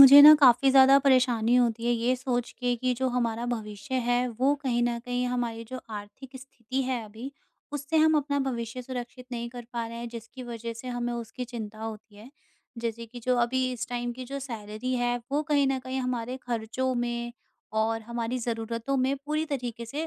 मुझे ना काफ़ी ज़्यादा परेशानी होती है ये सोच के कि जो हमारा भविष्य है वो कहीं न कहीं हमारी जो आर्थिक स्थिति है अभी, उससे हम अपना भविष्य सुरक्षित नहीं कर पा रहे हैं जिसकी वज़ह से हमें उसकी चिंता होती है। जैसे कि जो अभी इस टाइम की जो सैलरी है वो कहीं न कहीं हमारे खर्चों में और हमारी ज़रूरतों में पूरी तरीके से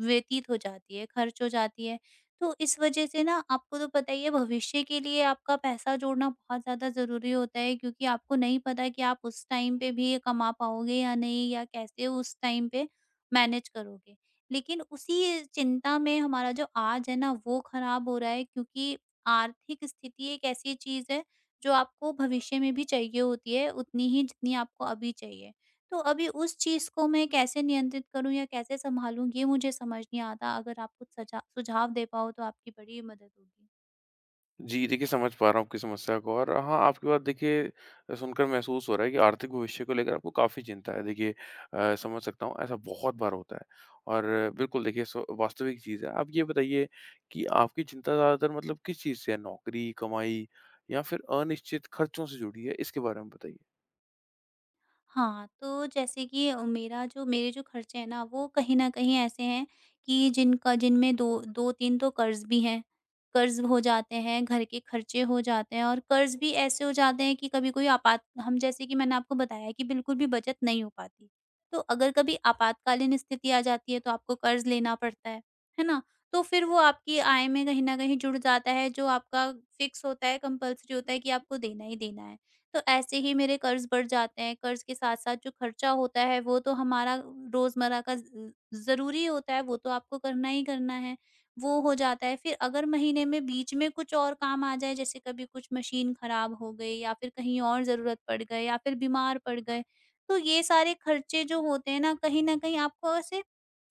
व्यतीत हो जाती है, खर्च हो जाती है। तो इस वजह से ना आपको तो पता ही है, भविष्य के लिए आपका पैसा जोड़ना बहुत ज़्यादा ज़रूरी होता है क्योंकि आपको नहीं पता कि आप उस टाइम पे भी ये कमा पाओगे या नहीं या कैसे उस टाइम पे मैनेज करोगे। लेकिन उसी चिंता में हमारा जो आज है ना वो ख़राब हो रहा है, क्योंकि आर्थिक स्थिति एक ऐसी चीज़ है जो आपको भविष्य में भी चाहिए होती है उतनी ही जितनी आपको अभी चाहिए। तो अभी उस चीज़ को मैं कैसे नियंत्रित करूँ या कैसे सँभालूँ, ये मुझे समझ नहीं आता। अगर आप कुछ सजा सुझाव दे पाओ तो आपकी बड़ी मदद होगी। जी, देखिए समझ पा रहा हूँ आपकी समस्या को और हाँ, आपकी बात देखिए सुनकर महसूस हो रहा है कि आर्थिक भविष्य को लेकर आपको काफ़ी चिंता है। देखिए समझ सकता हूँ ऐसा बहुत बार होता है और बिल्कुल देखिए सो वास्तविक चीज़ है। आप ये बताइए कि आपकी चिंता ज़्यादातर मतलब किस चीज़ से है? नौकरी, कमाई या फिर अनिश्चित खर्चों से जुड़ी है? इसके बारे में बताइए। हाँ, तो जैसे कि मेरा जो खर्चे हैं ना वो कहीं न कहीं ऐसे हैं कि जिनका जिनमें दो 2-3 तो कर्ज़ भी हैं। कर्ज़ हो जाते हैं, घर के खर्चे हो जाते हैं और कर्ज़ भी ऐसे हो जाते हैं कि कभी कोई आपात हम, जैसे कि मैंने आपको बताया कि बिल्कुल भी बचत नहीं हो पाती। तो अगर कभी आपातकालीन स्थिति आ जाती है तो आपको कर्ज़ लेना पड़ता है ना? तो फिर वो आपकी आय में कहीं न कहीं जुड़ जाता है जो आपका फ़िक्स होता है, कंपल्सरी होता है कि आपको देना ही देना है। तो ऐसे ही मेरे कर्ज़ बढ़ जाते हैं। कर्ज़ के साथ-साथ जो खर्चा होता है वो तो हमारा रोज़मर्रा का ज़ ज़रूरी होता है, वो तो आपको करना ही करना है, वो हो जाता है। फिर अगर महीने में बीच में कुछ और काम आ जाए जैसे कभी कुछ मशीन ख़राब हो गई या फिर कहीं और ज़रूरत पड़ गए या फिर बीमार पड़ गए, तो ये सारे खर्चे जो होते हैं ना, कहीं न कहीं आपको ऐसे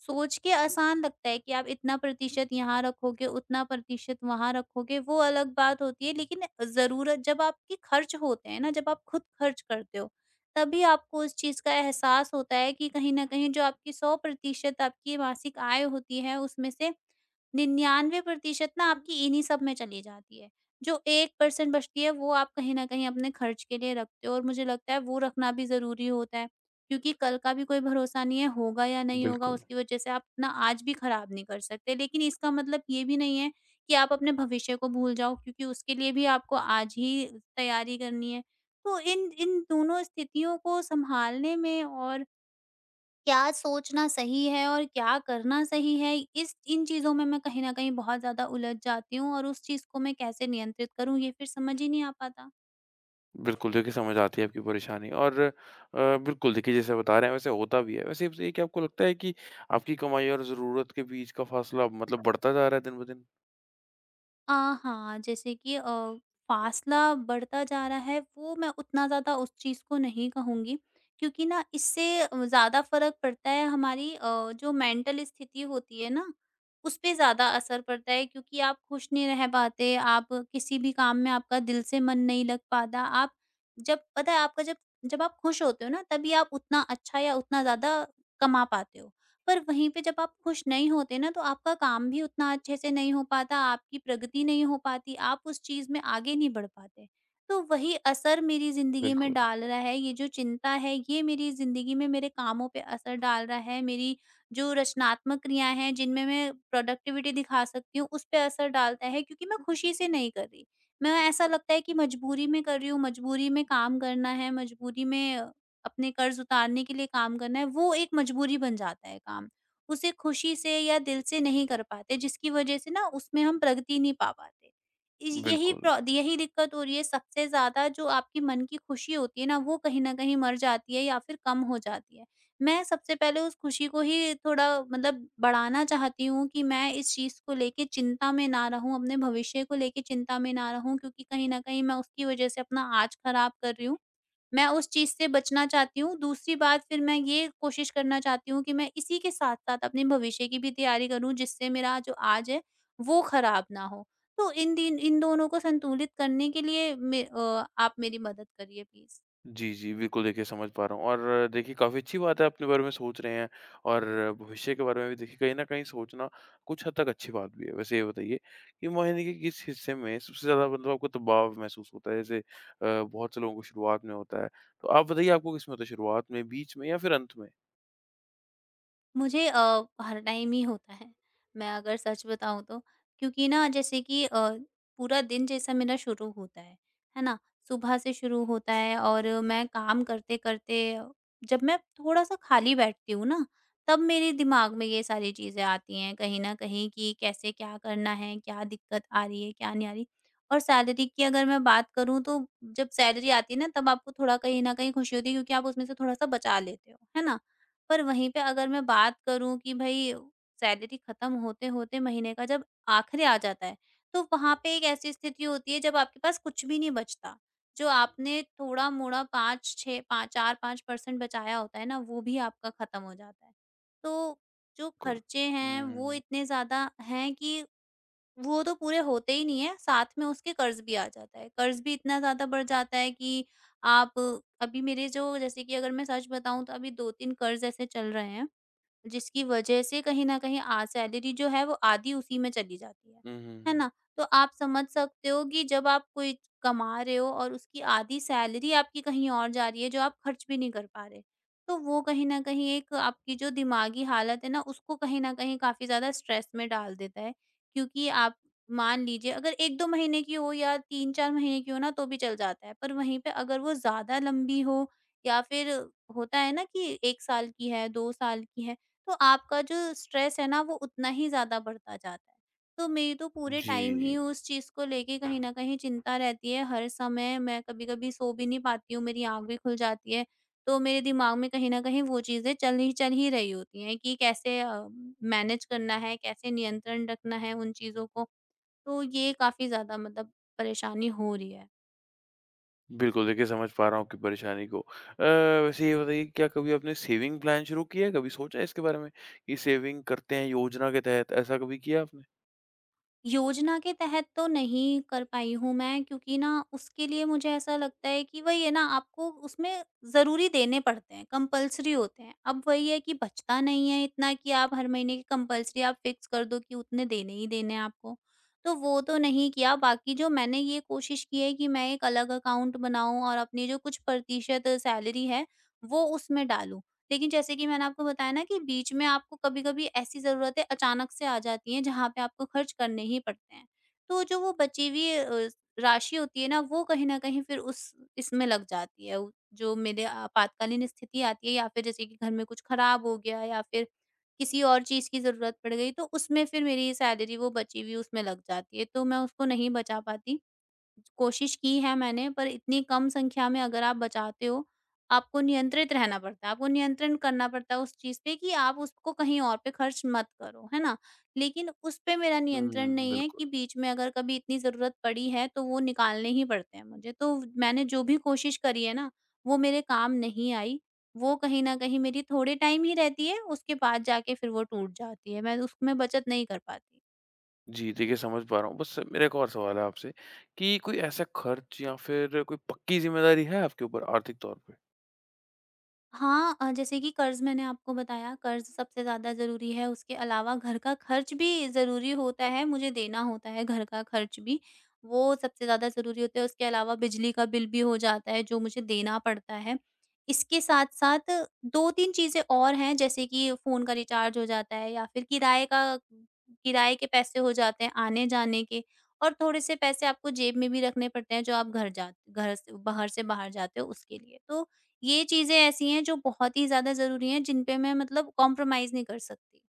सोच के आसान लगता है कि आप इतना प्रतिशत यहाँ रखोगे, उतना प्रतिशत वहाँ रखोगे, वो अलग बात होती है। लेकिन ज़रूरत जब आपके खर्च होते हैं ना, जब आप खुद खर्च करते हो, तभी आपको उस चीज़ का एहसास होता है कि कहीं न कहीं जो आपकी 100% आपकी मासिक आय होती है, उसमें से 99% ना आपकी इन्हीं सब में चली जाती है। जो 1% बचती है, वो आप कहीं न कहीं अपने खर्च के लिए रखते हो और मुझे लगता है वो रखना भी ज़रूरी होता है। क्योंकि कल का भी कोई भरोसा नहीं है, होगा या नहीं होगा, बिल्कुल। उसकी वजह से आप अपना आज भी खराब नहीं कर सकते। लेकिन इसका मतलब ये भी नहीं है कि आप अपने भविष्य को भूल जाओ, क्योंकि उसके लिए भी आपको आज ही तैयारी करनी है। तो इन इन दोनों स्थितियों को संभालने में और क्या सोचना सही है और क्या करना सही है, इस इन चीज़ों में मैं कहीं न कहीं बहुत ज़्यादा उलझ जाती हूँ और उस चीज़ को मैं कैसे नियंत्रित करूँ ये फिर समझ ही नहीं आ पाता। बिल्कुल, देखिए समझ आती है आपकी परेशानी और बिल्कुल देखिए जैसे बता रहे हैं वैसे होता भी है। वैसे ये क्या आपको लगता है कि आपकी कमाई और ज़रूरत के बीच का फ़ासला मतलब बढ़ता जा रहा है दिन-ब-दिन? अ, हाँ, जैसे कि फासला बढ़ता जा रहा है, वो मैं उतना ज़्यादा उस चीज़ को नहीं कहूँगी, क्योंकि ना इससे ज़्यादा फ़र्क पड़ता है हमारी जो मेंटल स्थिति होती है ना, उसपे ज़्यादा असर पड़ता है क्योंकि आप खुश नहीं रह पाते, आप किसी भी काम में आपका दिल से मन नहीं लग पाता, आप जब पता है आपका जब जब आप खुश होते हो ना, तभी आप उतना अच्छा या उतना ज़्यादा कमा पाते हो। पर वहीं पे जब आप खुश नहीं होते ना तो आपका काम भी उतना अच्छे से नहीं हो पाता, आपकी प्रगति नहीं हो पाती, आप उस चीज़ में आगे नहीं बढ़ पाते। तो वही असर मेरी ज़िंदगी में बिल्कुल, डाल रहा है, ये जो चिंता है ये मेरी ज़िंदगी में मेरे कामों पे असर डाल रहा है, मेरी जो रचनात्मक क्रियाएँ हैं जिनमें मैं प्रोडक्टिविटी दिखा सकती हूँ, उस पे असर डालता है क्योंकि मैं खुशी से नहीं कर रही। मैं, ऐसा लगता है कि मजबूरी में कर रही हूँ, मजबूरी में काम करना है, मजबूरी में अपने कर्ज उतारने के लिए काम करना है, वो एक मजबूरी बन जाता है काम। उसे खुशी से या दिल से नहीं कर पाते जिसकी वजह से ना उसमें हम प्रगति नहीं पा पाते। इस यही बिल्कुल। प्रो यही दिक्कत हो रही है सबसे ज़्यादा, जो आपके मन की खुशी होती है ना वो कहीं न कहीं मर जाती है या फिर कम हो जाती है। मैं सबसे पहले उस खुशी को ही थोड़ा मतलब बढ़ाना चाहती हूँ कि मैं इस चीज़ को लेके चिंता में ना रहूँ, अपने भविष्य को लेके चिंता में ना रहूँ, क्योंकि कहीं न कहीं मैं उसकी वजह से अपना आज खराब कर रही हूँ। मैं उस चीज़ से बचना चाहती हूँ। दूसरी बात, फिर मैं ये कोशिश करना चाहती हूँ कि मैं इसी के साथ-साथ अपने भविष्य की भी तैयारी करूँ, जिससे मेरा जो आज है वो ख़राब ना हो। तो इन दोनों को संतुलित करने के लिए आप मेरी मदद करिए प्लीज़। जी, जी, बिल्कुल देखिए समझ पा रहा हूँ और देखिए काफ़ी अच्छी बात है आप अपने बारे में सोच रहे हैं और भविष्य के बारे में भी देखिए कहीं न कहीं सोचना कुछ हद तक अच्छी बात भी है। वैसे ये बताइए कि महीने के किस हिस्से में सबसे ज़्यादा मतलब आपको दबाव महसूस होता है? जैसे बहुत से लोगों को शुरुआत में होता है, तो आप बताइए आपको किसमें होता है शुरुआत में, बीच में या फिर अंत में? मुझे हर टाइम ही होता है। मैं अगर सच बताऊँ तो, क्योंकि ना जैसे कि पूरा दिन जैसा मेरा शुरू होता है ना? सुबह से शुरू होता है और मैं काम करते-करते जब मैं थोड़ा-सा खाली बैठती हूँ ना, तब मेरे दिमाग में ये सारी चीज़ें आती हैं कहीं न कहीं कि कैसे क्या करना है, क्या दिक्कत आ रही है, क्या नहीं आ रही। और सैलरी की अगर मैं बात करूँ तो, जब सैलरी आती है ना तब आपको थोड़ा कहीं न कहीं खुशी होती है क्योंकि आप उसमें से थोड़ा-सा बचा लेते हो, है ना? पर वहीं पे अगर मैं बात करूँ कि भई सैलरी खत्म होते-होते महीने का जब आखिरी आ जाता है, तो वहाँ पे एक ऐसी स्थिति होती है जब आपके पास कुछ भी नहीं बचता। जो आपने थोड़ा-मोड़ा 5-6 पा 4-5% बचाया होता है ना, वो भी आपका खत्म हो जाता है। तो जो बिल्कुल। खर्चे हैं, वो हुँ। इतने ज़्यादा हैं कि वो तो पूरे होते ही नहीं है, साथ में उसके कर्ज़ भी आ जाता है। कर्ज़ भी इतना ज़्यादा बढ़ जाता है कि आप, अभी मेरे जो जैसे कि अगर मैं सच बताऊँ तो अभी 2-3 कर्ज़ ऐसे चल रहे हैं। जिसकी वजह से कहीं न कहीं आ सैलरी जो है वो आधी उसी में चली जाती है। हुँ, है हुँ। ना? तो आप समझ सकते हो कि जब आप कोई कमा रहे हो और उसकी आधी सैलरी आपकी कहीं और जा रही है जो आप खर्च भी नहीं कर पा रहे। तो वो कहीं न कहीं एक आपकी जो दिमागी हालत है ना उसको कहीं न कहीं काफ़ी ज़्यादा स्ट्रेस में डाल देता है। क्योंकि आप, मान लीजिए अगर 1-2 महीने की हो या 3-4 महीने की हो ना तो भी चल जाता है। पर वहीं पे अगर वो ज़्यादा लंबी हो या फिर होता है ना कि 1 साल की है, 2 साल की है। तो आपका जो स्ट्रेस है ना वो उतना ही ज़्यादा बढ़ता जाता है। तो मेरी तो पूरे जी। टाइम ही उस चीज़ को लेके कहीं न कहीं चिंता रहती है, हर समय। मैं कभी-कभी सो भी नहीं पाती हूँ, मेरी आँख भी खुल जाती है। तो मेरे दिमाग में कहीं न कहीं वो चीज़ें चल ही रही होती हैं कि कैसे मैनेज करना है, कैसे नियंत्रण रखना है उन चीज़ों को। तो ये काफ़ी ज़्यादा मतलब परेशानी हो रही है। बिल्कुल, देखिए समझ पा रहा हूँ आपकी परेशानी को। वैसे ये बताइए क्या कभी आपने सेविंग प्लान शुरू किया है? कभी सोचा है इसके बारे में कि सेविंग करते हैं योजना के तहत, ऐसा कभी किया आपने? योजना के तहत तो नहीं कर पाई हूँ मैं, क्योंकि ना उसके लिए मुझे ऐसा लगता है कि वही है ना, आपको उसमें ज़रूरी देने पड़ते हैं, कंपल्सरी होते हैं। अब वही है कि बचता नहीं है इतना कि आप हर महीने की कंपल्सरी आप फिक्स कर दो कि उतने देने ही देने हैं आपको। तो वो तो नहीं किया, बाकी जो मैंने ये कोशिश की है कि मैं एक अलग अकाउंट बनाऊँ और अपनी जो कुछ प्रतिशत सैलरी है, वो उसमें डालूँ। लेकिन जैसे कि मैंने आपको बताया ना कि बीच में आपको कभी-कभी ऐसी ज़रूरतें अचानक से आ जाती हैं जहाँ पे आपको खर्च करने ही पड़ते हैं। तो जो वो बची हुई राशि होती है ना वो कहीं न कहीं फिर उस इसमें लग जाती है। उ जो मेरे आपातकालीन स्थिति आती है या फिर जैसे कि घर में कुछ खराब हो गया या फिर किसी और चीज़ की ज़रूरत पड़ गई तो उसमें फिर मेरी सैलरी वो बची हुई उसमें लग जाती है। तो मैं उसको नहीं बचा पाती। कोशिश की है मैंने, पर इतनी कम संख्या में अगर आप बचाते हो, आपको नियंत्रित रहना पड़ता है, आपको नियंत्रण करना पड़ता है उस चीज़ पे कि आप उसको कहीं और पे खर्च मत करो, है ना? लेकिन उस पे मेरा नियंत्रण हुँ, नहीं है बिल्कुल। कि बीच में अगर कभी इतनी ज़रूरत पड़ी है, तो वो निकालने ही पड़ते हैं मुझे। तो मैंने जो भी कोशिश करी है ना, वो मेरे काम नहीं आई। वो कहीं न कहीं मेरी थोड़े टाइम ही रहती है, उसके बाद जाके फिर वो टूट जाती है। मैं उसमें बचत नहीं कर पाती। जी, देखिए समझ पा रहा हूँ। बस मेरा एक और सवाल है आपसे कि कोई ऐसा खर्च या फिर कोई पक्की ज़िम्मेदारी है आपके ऊपर आर्थिक तौर पे? हाँ, जैसे कि कर्ज़, मैंने आपको बताया कर्ज़ सबसे ज़्यादा ज़रूरी है, उसके अलावा घर का खर्च भी ज़रूरी होता है, मुझे देना होता है घर का खर्च भी, वो सबसे ज़्यादा ज़रूरी होता है, उसके अलावा बिजली का बिल भी हो जाता है जो मुझे देना पड़ता है। इसके साथ-साथ 2-3 चीज़ें और हैं, जैसे कि फ़ोन का रिचार्ज हो जाता है या फिर किराए के पैसे हो जाते हैं आने-जाने के, और थोड़े-से पैसे आपको जेब में भी रखने पड़ते हैं जो आप घर जा घर से बाहर जाते हो उसके लिए। तो ये चीज़ें ऐसी हैं जो बहुत ही ज़्यादा ज़रूरी हैं जिन पे मैं मतलब कॉम्प्रोमाइज़ नहीं कर सकती।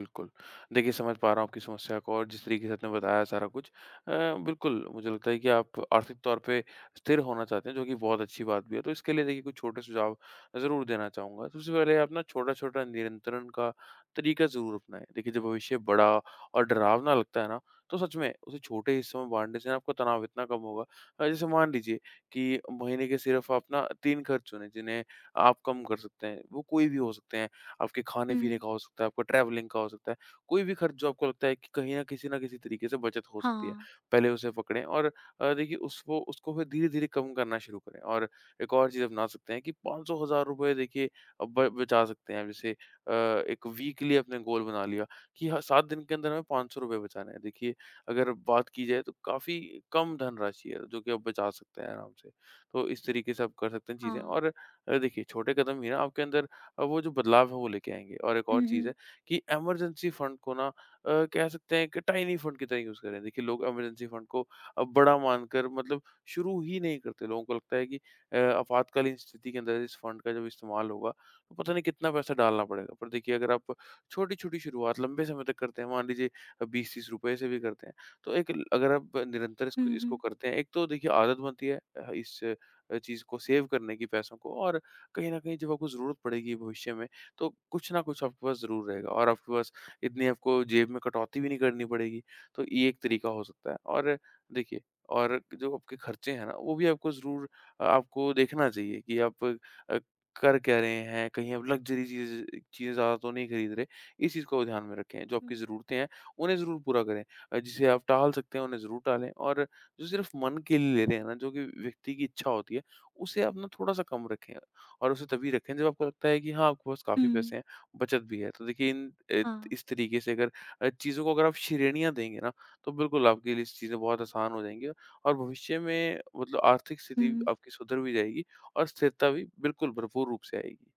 बिल्कुल। देखिए, समझ पा रहा हूँ आपकी समस्या को और जिस तरीके से आपने बताया सारा कुछ बिल्कुल, मुझे लगता है कि आप आर्थिक तौर पे स्थिर होना चाहते हैं, जो कि बहुत अच्छी बात भी है। तो इसके लिए देखिए कुछ छोटे सुझाव ज़रूर देना चाहूँगा। सबसे पहले आप ना छोटा-छोटा नियंत्रण का तरीका ज़रूर अपनाएँ। देखिए, जब भविष्य बड़ा और डरावना लगता है ना, तो सच में उसे छोटे हिस्सों में बाँटने से ना आपका तनाव इतना कम होगा जैसे मान लीजिए कि महीने के सिर्फ़ आप ना 3 खर्च चुनें, जिन्हें आप कम कर सकते हैं। वो कोई भी हो सकते हैं। आपके हुँ। खाने-पीने का हो सकता है, आपका ट्रैवलिंग का हो सकता है, कोई भी खर्च जो आपको लगता है कि कहीं न किसी न किसी तरीके से बचत हो सकती है, हाँ, पहले उसे पकड़ें और देखिए उस वो उसको फिर धीरे-धीरे कम करना शुरू करें। और एक और चीज़ अपना सकते हैं कि 500 हज़ार रुपए देखिए अ, ब बचा सकते हैं। जैसे एक वीकली आपने गोल बना लिया कि ह 7 दिन के अंदर हमें ₹500 बचाने हैं। देखिए अगर बात की जाए तो काफ़ी कम धनराशि है, जो कि आप बचा सकते हैं आराम से। तो इस तरीके से आप कर सकते हैं चीज़ें हाँ। और देखिए छोटे कदम ही ना आपके अंदर वो जो बदलाव है वो लेके आएँगे। और एक और हुँ, चीज़ हुँ। है कि इमरजेंसी फंड को ना कह सकते हैं कि टाइनी फंड की तरह यूज़ करें। देखिए लोग इमरजेंसी फंड को अब बड़ा मानकर मतलब शुरू ही नहीं करते। लोगों को लगता है कि आपातकालीन स्थिति के अंदर इस फंड का जब इस्तेमाल होगा तो पता नहीं कितना पैसा डालना पड़ेगा। पर देखिए अगर आप छोटी-छोटी शुरुआत लंबे समय तक करते हैं, मान लीजिए 20-30 रुपए से भी करते हैं, तो एक ल अगर आप निरंतर इसको हुँ, इसको हुँ। करते हैं, एक तो देखिए आदत बनती है इस चीज़ को सेव करने की पैसों को और कहीं न कहीं जब आपको ज़रूरत पड़ेगी भविष्य में, तो कुछ ना कुछ आपके पास ज़रूर रहेगा और आपके पास इतनी आपको जेब में कटौती भी नहीं करनी पड़ेगी। तो ये एक तरीका हो सकता है और देखिए और जो आपके खर्चे हैं ना, वो भी आपको ज़रूर आपको देखना चाहिए कि आप कर क्या रहे हैं, कहीं आप लग्ज़री चीज़ें ज़्यादा तो नहीं खरीद रहे। इस चीज़ को ध्यान में रखें, जो आपकी हुँ। ज़रूरतें हैं, उन्हें ज़रूर पूरा करें। जिसे आप टाल सकते हैं, उन्हें ज़रूर टालें और जो सिर्फ़ मन के लिए ले रहे हैं ना, जो कि व्यक्ति की इच्छा होती है, उसे आप ना थोड़ा-सा कम रखें। और उसे तभी रखें जब आपको लगता है कि हाँ, आपके पास हुँ। काफ़ी पैसे हैं, बचत भी है। तो देखिए इन ए हाँ। इस तरीके से अगर चीज़ों को अगर आप श्रेणियाँ देंगे ना, तो बिल्कुल आपके लिए चीज़ें बहुत आसान हो जाएँगी और भविष्य में मतलब आर्थिक स्थिति हुँ। आपकी सुधर भी जाएगी और स्थिरता भी बिल्कुल भरपूर रूप से आएगी।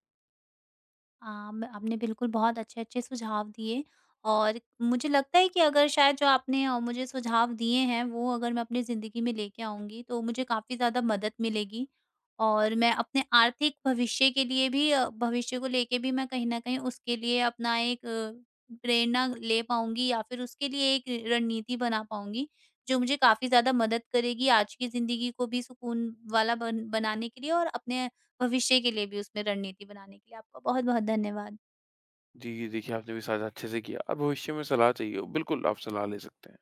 आम, आपने बिल्कुल बहुत अच्छे-अच्छे सुझाव दिए और मुझे लगता है कि अगर शायद जो आपने मुझे सुझाव दिए हैं, वो अगर मैं अपनी ज़िंदगी में लेके आऊँगी तो मुझे काफ़ी ज़्यादा मदद मिलेगी। और मैं अपने आर्थिक भविष्य के लिए भी भविष्य को लेके भी मैं कहीं न कहीं उसके लिए अपना एक प्रेरणा ले पाऊँगी या फिर उसके लिए एक रणनीति बना पाऊँगी, जो मुझे काफ़ी ज़्यादा मदद करेगी आज की ज़िंदगी को भी सुकून वाला बन बनाने के लिए और अपने भविष्य के लिए भी उसमें रणनीति बनाने के लिए। आपका बहुत बहुत धन्यवाद। जी, देखिए आपने भी साझा अच्छे से किया और भविष्य में सलाह चाहिए हो, बिल्कुल आप सलाह ले सकते हैं।